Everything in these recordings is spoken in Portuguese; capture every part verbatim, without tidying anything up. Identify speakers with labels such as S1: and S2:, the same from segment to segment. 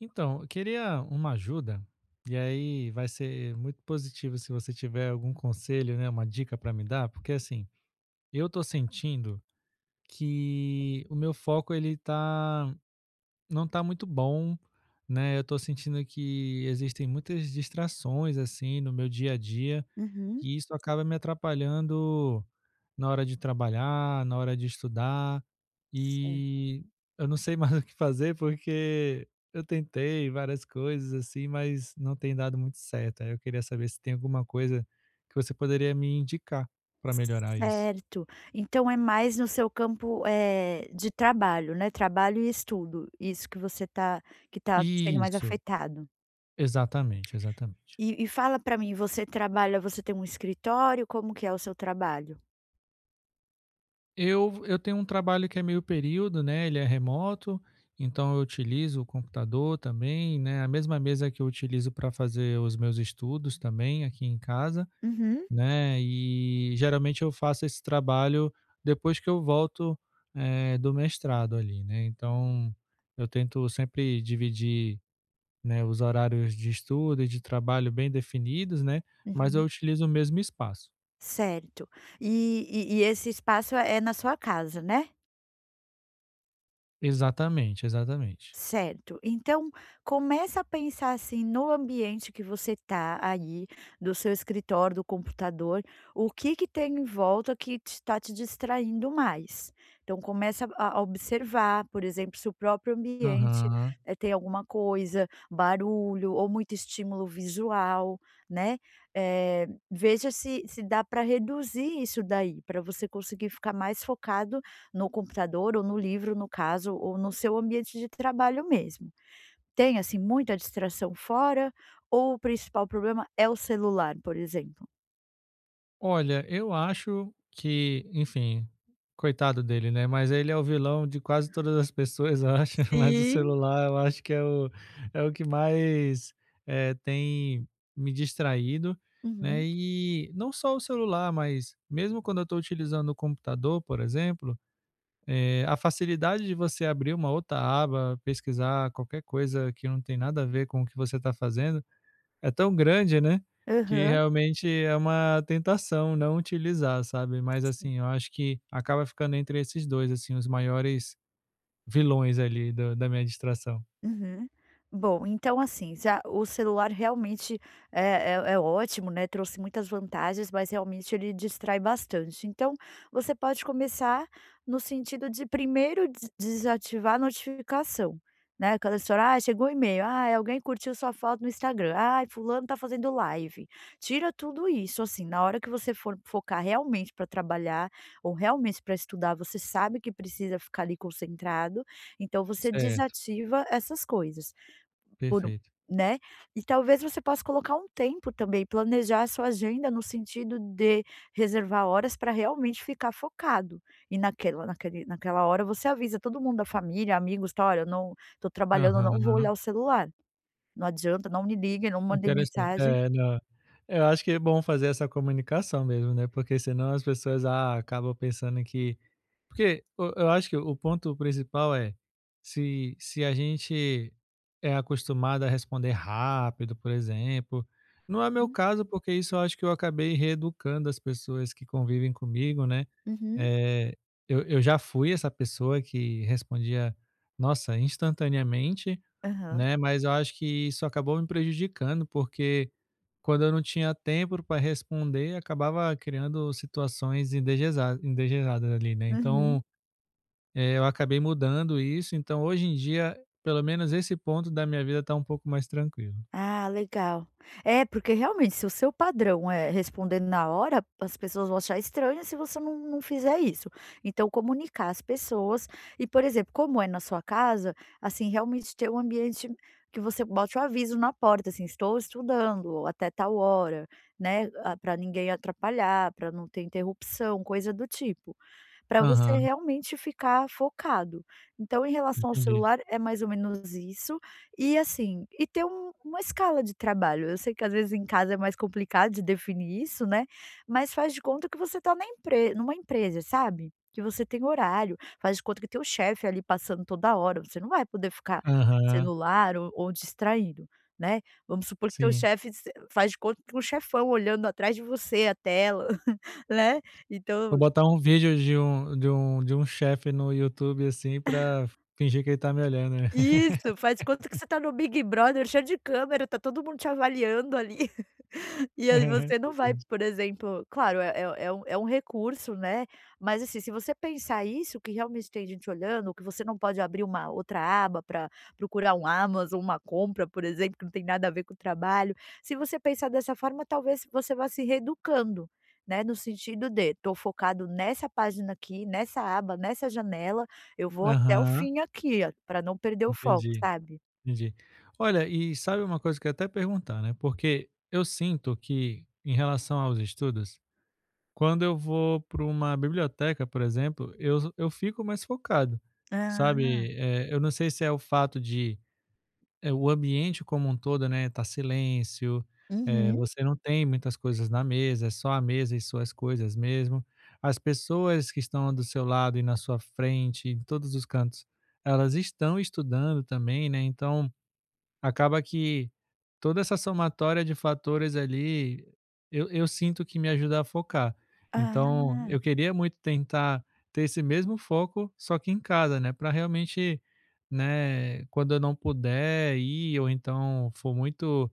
S1: Então, eu queria uma ajuda, e aí vai ser muito positivo se você tiver algum conselho, né, uma dica para me dar, porque assim, eu tô sentindo que o meu foco ele tá não tá muito bom, né? Eu tô sentindo que existem muitas distrações assim no meu dia a dia
S2: Uhum.
S1: e isso acaba me atrapalhando na hora de trabalhar, na hora de estudar,
S2: Certo.
S1: e eu não sei mais o que fazer, porque eu tentei várias coisas assim, mas não tem dado muito certo. Aí eu queria saber se tem alguma coisa que você poderia me indicar para melhorar isso.
S2: Certo. Então é mais no seu campo, eh, de trabalho, né, trabalho e estudo, isso que você tá que tá sendo mais
S1: Isso,
S2: afetado.
S1: exatamente, exatamente.
S2: E e fala pra mim, você trabalha você tem um escritório, como que é o seu trabalho?
S1: Eu eu tenho um trabalho que é meio período, né, ele é remoto, então eu utilizo o computador também, né, a mesma mesa que eu utilizo para fazer os meus estudos também aqui em casa,
S2: Uhum,
S1: né, e geralmente eu faço esse trabalho depois que eu volto, eh, do mestrado ali, né, então eu tento sempre dividir, né, os horários de estudo e de trabalho bem definidos, né, mas eu
S2: uhum.
S1: utilizo o mesmo espaço.
S2: Certo. E e e esse espaço é na sua casa, né?
S1: Exatamente, exatamente.
S2: Certo. Então, começa a pensar assim no ambiente que você tá aí, do seu escritório, do computador, o que que tem em volta que está te distraindo mais. Então, começa a a observar, por exemplo, se o próprio ambiente
S1: Aham.
S2: eh, tem alguma coisa, barulho ou muito estímulo visual, né? Eh, veja se, se dá para reduzir isso daí, para você conseguir ficar mais focado no computador ou no livro, no caso, ou no seu ambiente de trabalho mesmo. Tem, assim, muita distração fora ou o principal problema é o celular, por exemplo?
S1: Olha, eu acho que, enfim, coitado dele, né? Mas ele é o vilão de quase todas as pessoas, eu acho. Mas o
S2: Sim.
S1: celular, eu acho que é o, é o que mais eh, tem me distraído, né?
S2: Uhum.
S1: E não só o celular, mas mesmo quando eu estou utilizando o computador, por exemplo, eh, a facilidade de você abrir uma outra aba, pesquisar qualquer coisa que não tem nada a ver com o que você está fazendo é tão grande, né, que
S2: Aham.
S1: realmente é uma tentação não utilizar, sabe. Mas, assim, eu acho que acaba ficando entre esses dois assim, os maiores vilões ali do da minha distração.
S2: Uhum. Bom, então assim, já o celular realmente é é é ótimo, né, trouxe muitas vantagens, mas realmente ele distrai bastante. Então, você pode começar no sentido de primeiro des desativar a notificação, né, aquela história: "Ah, chegou o e-mail. Ai, alguém curtiu sua foto no Instagram. Ai, fulano tá fazendo live". Tira tudo isso, assim, na hora que você for focar realmente para trabalhar ou realmente para estudar, você sabe que precisa ficar ali concentrado, então você
S1: Certo,
S2: desativa essas coisas por um
S1: perfeito.
S2: né, e talvez você possa colocar um tempo também, planejar a sua agenda no sentido de reservar horas para realmente ficar focado. E naquela naquele naquela hora você avisa todo mundo da família, amigos, tal: "Olha, eu não tô trabalhando, eu não vou
S1: Aham.
S2: olhar o celular. Não adianta, não me liguem, não mandem
S1: Interessante.
S2: mensagem".
S1: É, não. Eu acho que é bom fazer essa comunicação mesmo, né, porque senão as pessoas, ah, acabam pensando que porque eu eu acho que o ponto principal é, se se a gente é acostumado a responder rápido, por exemplo, não é meu
S2: Uhum.
S1: caso, porque isso eu acho que eu acabei reeducando as pessoas que convivem comigo, né.
S2: Uhum.
S1: Eh, eu eu já fui essa pessoa que respondia, nossa, instantaneamente.
S2: Aham.
S1: Né, mas eu acho que isso acabou me prejudicando, porque quando eu não tinha tempo para responder, acabava criando situações indegesa indesejadas ali, né.
S2: Uhum.
S1: Então, eh, eu acabei mudando isso, então hoje em dia, pelo menos esse ponto da minha vida está um pouco mais tranquilo.
S2: Ah, legal. É, porque realmente se o seu padrão é responder na hora, as pessoas vão achar estranho se você não não fizer isso. Então comunicar as pessoas e, por exemplo, como é na sua casa, assim, realmente ter um ambiente que você bote o aviso na porta, assim: "Estou estudando", ou até tal hora, né, para ninguém atrapalhar, para não ter interrupção, coisa do tipo para você
S1: Aham,
S2: realmente ficar focado. Então em relação ao
S1: entendi.
S2: celular é mais ou menos isso, e assim, e ter um uma escala de trabalho. Eu sei que às vezes em casa é mais complicado de definir isso, né, mas faz de conta que você está na empre numa empresa, sabe, que você tem horário, faz de conta que tem o chefe ali passando toda hora, você não vai poder ficar
S1: Aham,
S2: celular ou ou distraído, né. Vamos supor que teu
S1: sim.
S2: chefe se faz de conta que tem um chefão olhando atrás de você a tela, né, então
S1: Vou botar um vídeo de um de um de um chefe no YouTube, assim, pra fingir que ele tá me olhando, né.
S2: Isso, faz de conta que você tá no Big Brother, cheio de câmera, tá todo mundo te avaliando ali. E aí você não vai,
S1: Entendi.
S2: por exemplo claro, é é é um é um recurso, né, mas, assim, se você pensar isso, que realmente tem gente olhando, que você não pode abrir uma outra aba para procurar um Amazon, uma compra, por exemplo, que não tem nada a ver com o trabalho. Se você pensar dessa forma, talvez você vá se reeducando, né, no sentido de: "Tô focado nessa página aqui, nessa aba, nessa janela, eu vou até o
S1: Aham,
S2: fim aqui, para não perder o foco,
S1: entendi.
S2: sabe?
S1: Entendi. Olha, e sabe uma coisa que eu ia até perguntar, né, porque eu sinto que, em relação aos estudos, quando eu vou para uma biblioteca, por exemplo, eu eu fico mais focado,
S2: Ah,
S1: sabe, eh, eu não sei se é o fato de, eh, o ambiente como um todo, né, tá silêncio, eh,
S2: uhum.
S1: você não tem muitas coisas na mesa, é só a mesa e suas coisas mesmo. As pessoas que estão do seu lado e na sua frente, em todos os cantos, elas estão estudando também, né, então, acaba que toda essa somatória de fatores ali, eu eu sinto que me ajuda a focar.
S2: Ah,
S1: Então, eu queria muito tentar ter esse mesmo foco, só que em casa, né, para realmente, né, quando eu não puder ir ou então for muito,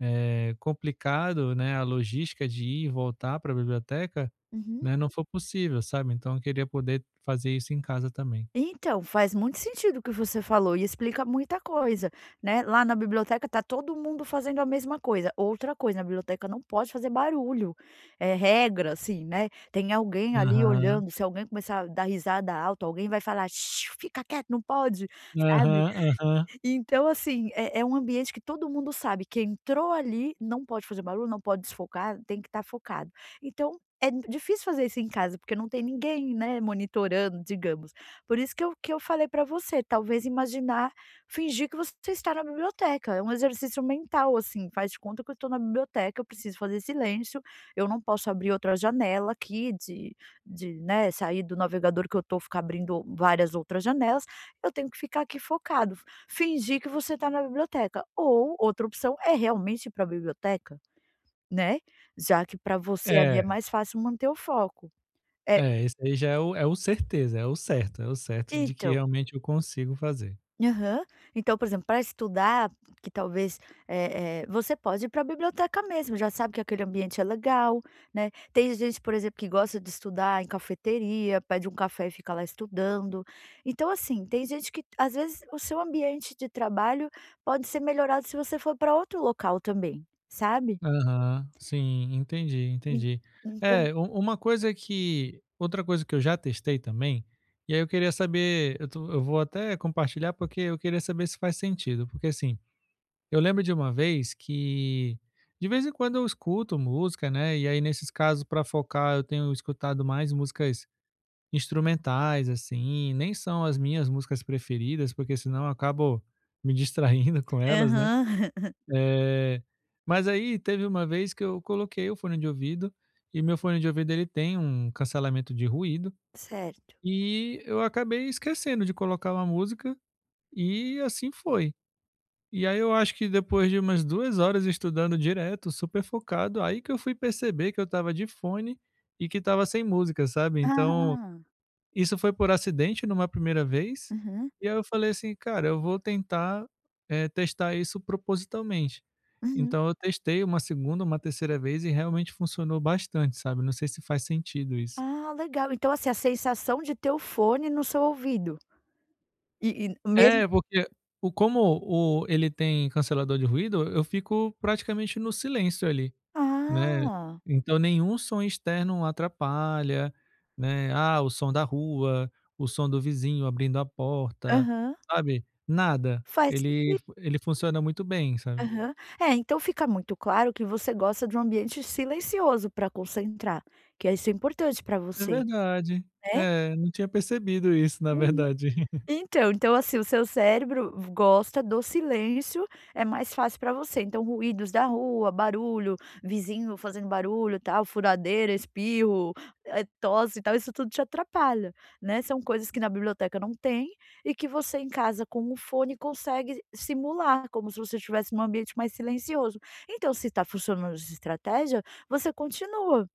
S1: eh, complicado, né, a logística de ir e voltar para a biblioteca,
S2: uhum.
S1: né, não for possível, sabe. Então eu queria poder fazer isso em casa também.
S2: Então, faz muito sentido o que você falou e explica muita coisa, né. Lá na biblioteca tá todo mundo fazendo a mesma coisa. Outra coisa, na biblioteca não pode fazer barulho, é regra, assim, né. Tem alguém ali
S1: Aham.
S2: olhando, se alguém começar a dar risada alta, alguém vai falar: "Shh, "Fica quieto, não pode", sabe?
S1: Aham, aham.
S2: Então, assim, é é um ambiente que todo mundo sabe que entrou ali, não pode fazer barulho, não pode desfocar, tem que estar focado. Então, é n- difícil fazer isso em casa, porque não tem ninguém, né, monitorando, digamos. Por isso que eu que eu falei para você, talvez imaginar, fingir que você está na biblioteca, é um exercício mental, assim, faz de conta que eu estou na biblioteca, eu preciso fazer silêncio, eu não posso abrir outra janela aqui de de, né, sair do navegador que eu estou, ficar abrindo várias outras janelas, eu tenho que ficar aqui focado. Fingir que você está na biblioteca, ou outra opção é realmente ir para a biblioteca, né, já que para você ali é
S1: É.
S2: mais fácil manter o foco. É,
S1: É, esse aí já é o é o certeza, é o certo, é o certo de que
S2: então
S1: realmente eu consigo fazer.
S2: aham. Então, por exemplo, para estudar, que talvez, eh eh, você pode ir para a biblioteca mesmo, já sabe que aquele ambiente é legal, né. Tem gente, por exemplo, que gosta de estudar em cafeteria, pede um café e fica lá estudando. Então, assim, tem gente que às vezes o seu ambiente de trabalho pode ser melhorado se você for para outro local também, sabe.
S1: Aham, sim, entendi,
S2: En
S1: entendi.
S2: então
S1: É, u uma coisa que outra coisa que eu já testei também, e aí eu queria saber, eu tô eu vou até compartilhar, porque eu queria saber se faz sentido, porque, assim, eu lembro de uma vez que de vez em quando eu escuto música, né, e aí nesses casos para focar eu tenho escutado mais músicas instrumentais, assim, nem são as minhas músicas preferidas, porque senão eu acabo me distraindo com elas, né.
S2: Aham.
S1: Eh, mas aí teve uma vez que eu coloquei o fone de ouvido, e meu fone de ouvido ele tem um cancelamento de ruído,
S2: Certo.
S1: e eu acabei esquecendo de colocar uma música, e assim foi. E aí eu acho que depois de umas duas horas estudando direto, super focado, aí que eu fui perceber que eu tava de fone, e que tava sem música, sabe. Então,
S2: Ah,
S1: isso foi por acidente numa primeira vez,
S2: aham,
S1: e aí eu falei assim: "Cara, eu vou tentar, eh, testar isso propositalmente".
S2: uhum.
S1: Então eu testei uma segunda, uma terceira vez e realmente funcionou bastante, sabe, não sei se faz sentido isso.
S2: Ah, legal. Então, assim, a sensação de ter o fone no seu ouvido. E e mesmo
S1: É, porque o como o ele tem cancelador de ruído, eu fico praticamente no silêncio ali. Né,
S2: Ah.
S1: então nenhum som externo atrapalha, né, ah, o som da rua, o som do vizinho abrindo a porta,
S2: Aham.
S1: sabe, nada,
S2: Faz
S1: ele
S2: sentido.
S1: fu ele funciona muito bem, sabe.
S2: Aham. É, então fica muito claro que você gosta de um ambiente silencioso para concentrar, que isso é importante para
S1: É
S2: você,
S1: verdade,
S2: né?
S1: é, não tinha percebido isso na verdade.
S2: Então então, assim, o seu cérebro gosta do silêncio, é mais fácil para você, então ruídos da rua, barulho, vizinho fazendo barulho, tal, furadeira, espirro, eh, tosse e tal, isso tudo te atrapalha, né, são coisas que na biblioteca não tem, e que você em casa com o fone consegue simular, como se você estivesse num ambiente mais silencioso. Então se está funcionando essa estratégia, você continua.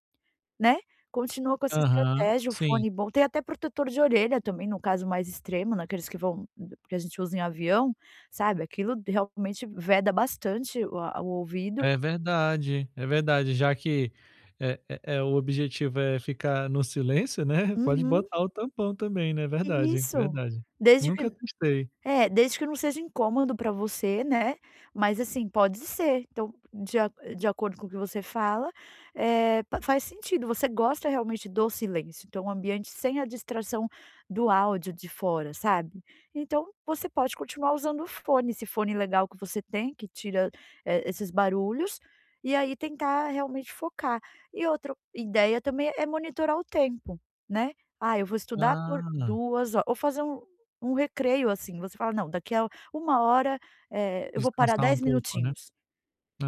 S2: Né, continua com essa
S1: Aham,
S2: estratégia, o
S1: sim,
S2: fone bom tem até protetor de orelha também, no caso mais extremo, naqueles que vão que a gente usa em avião, sabe, aquilo realmente veda bastante o a o ouvido.
S1: é verdade, é verdade, já que, eh eh eh, o objetivo é ficar no silêncio, né, pode
S2: Uhum,
S1: botar o tampão também, né, verdade,
S2: isso.
S1: verdade.
S2: Desde que
S1: Nunca testei.
S2: É, desde que não seja incômodo pra você, né, mas assim, pode ser. Então, de a de acordo com o que você fala, eh, pa faz sentido, você gosta realmente do silêncio, então um ambiente sem a distração do áudio de fora, sabe. Então, você pode continuar usando o fone, esse fone legal que você tem, que tira, eh, esses barulhos, e aí tentar realmente focar. E outra ideia também é monitorar o tempo, né. Ah, eu vou estudar por
S1: Ah.
S2: duas ho ou fazer um um recreio, assim, você fala: "Não, daqui a uma hora, eh, eu vou parar
S1: Descansar um
S2: dez
S1: pouco, né.
S2: minutinhos,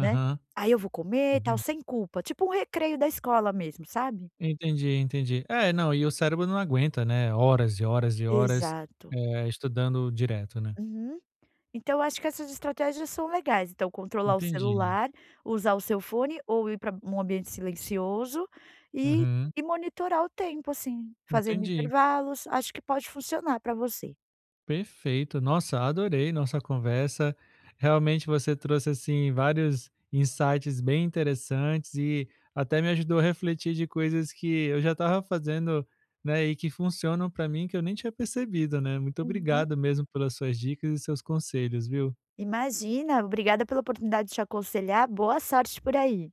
S2: né, aí eu vou comer e tal",
S1: Entendi.
S2: sem culpa, tipo um recreio da escola mesmo, sabe?
S1: Entendi, entendi. É, não, e o cérebro não aguenta, né, horas e horas e horas,
S2: Exato.
S1: eh, estudando direto, né.
S2: Uhum. Então eu acho que essas estratégias são legais, então controlar o
S1: Entendi.
S2: celular, usar o seu fone ou ir para um ambiente silencioso e
S1: Uhum.
S2: e monitorar o tempo, assim, fazendo
S1: Entendi.
S2: intervalos, acho que pode funcionar para você.
S1: Perfeito. Nossa, adorei nossa conversa. Realmente você trouxe, assim, vários insights bem interessantes e até me ajudou a refletir de coisas que eu já estava fazendo, né, e que funcionam para mim, que eu nem tinha percebido, né. Muito
S2: Uhum.
S1: obrigado mesmo pelas suas dicas e seus conselhos, viu.
S2: Imagina, obrigada pela oportunidade de te aconselhar, boa sorte por aí.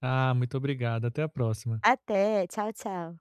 S1: Ah, muito obrigado. Até a próxima.
S2: Até, tchau, tchau.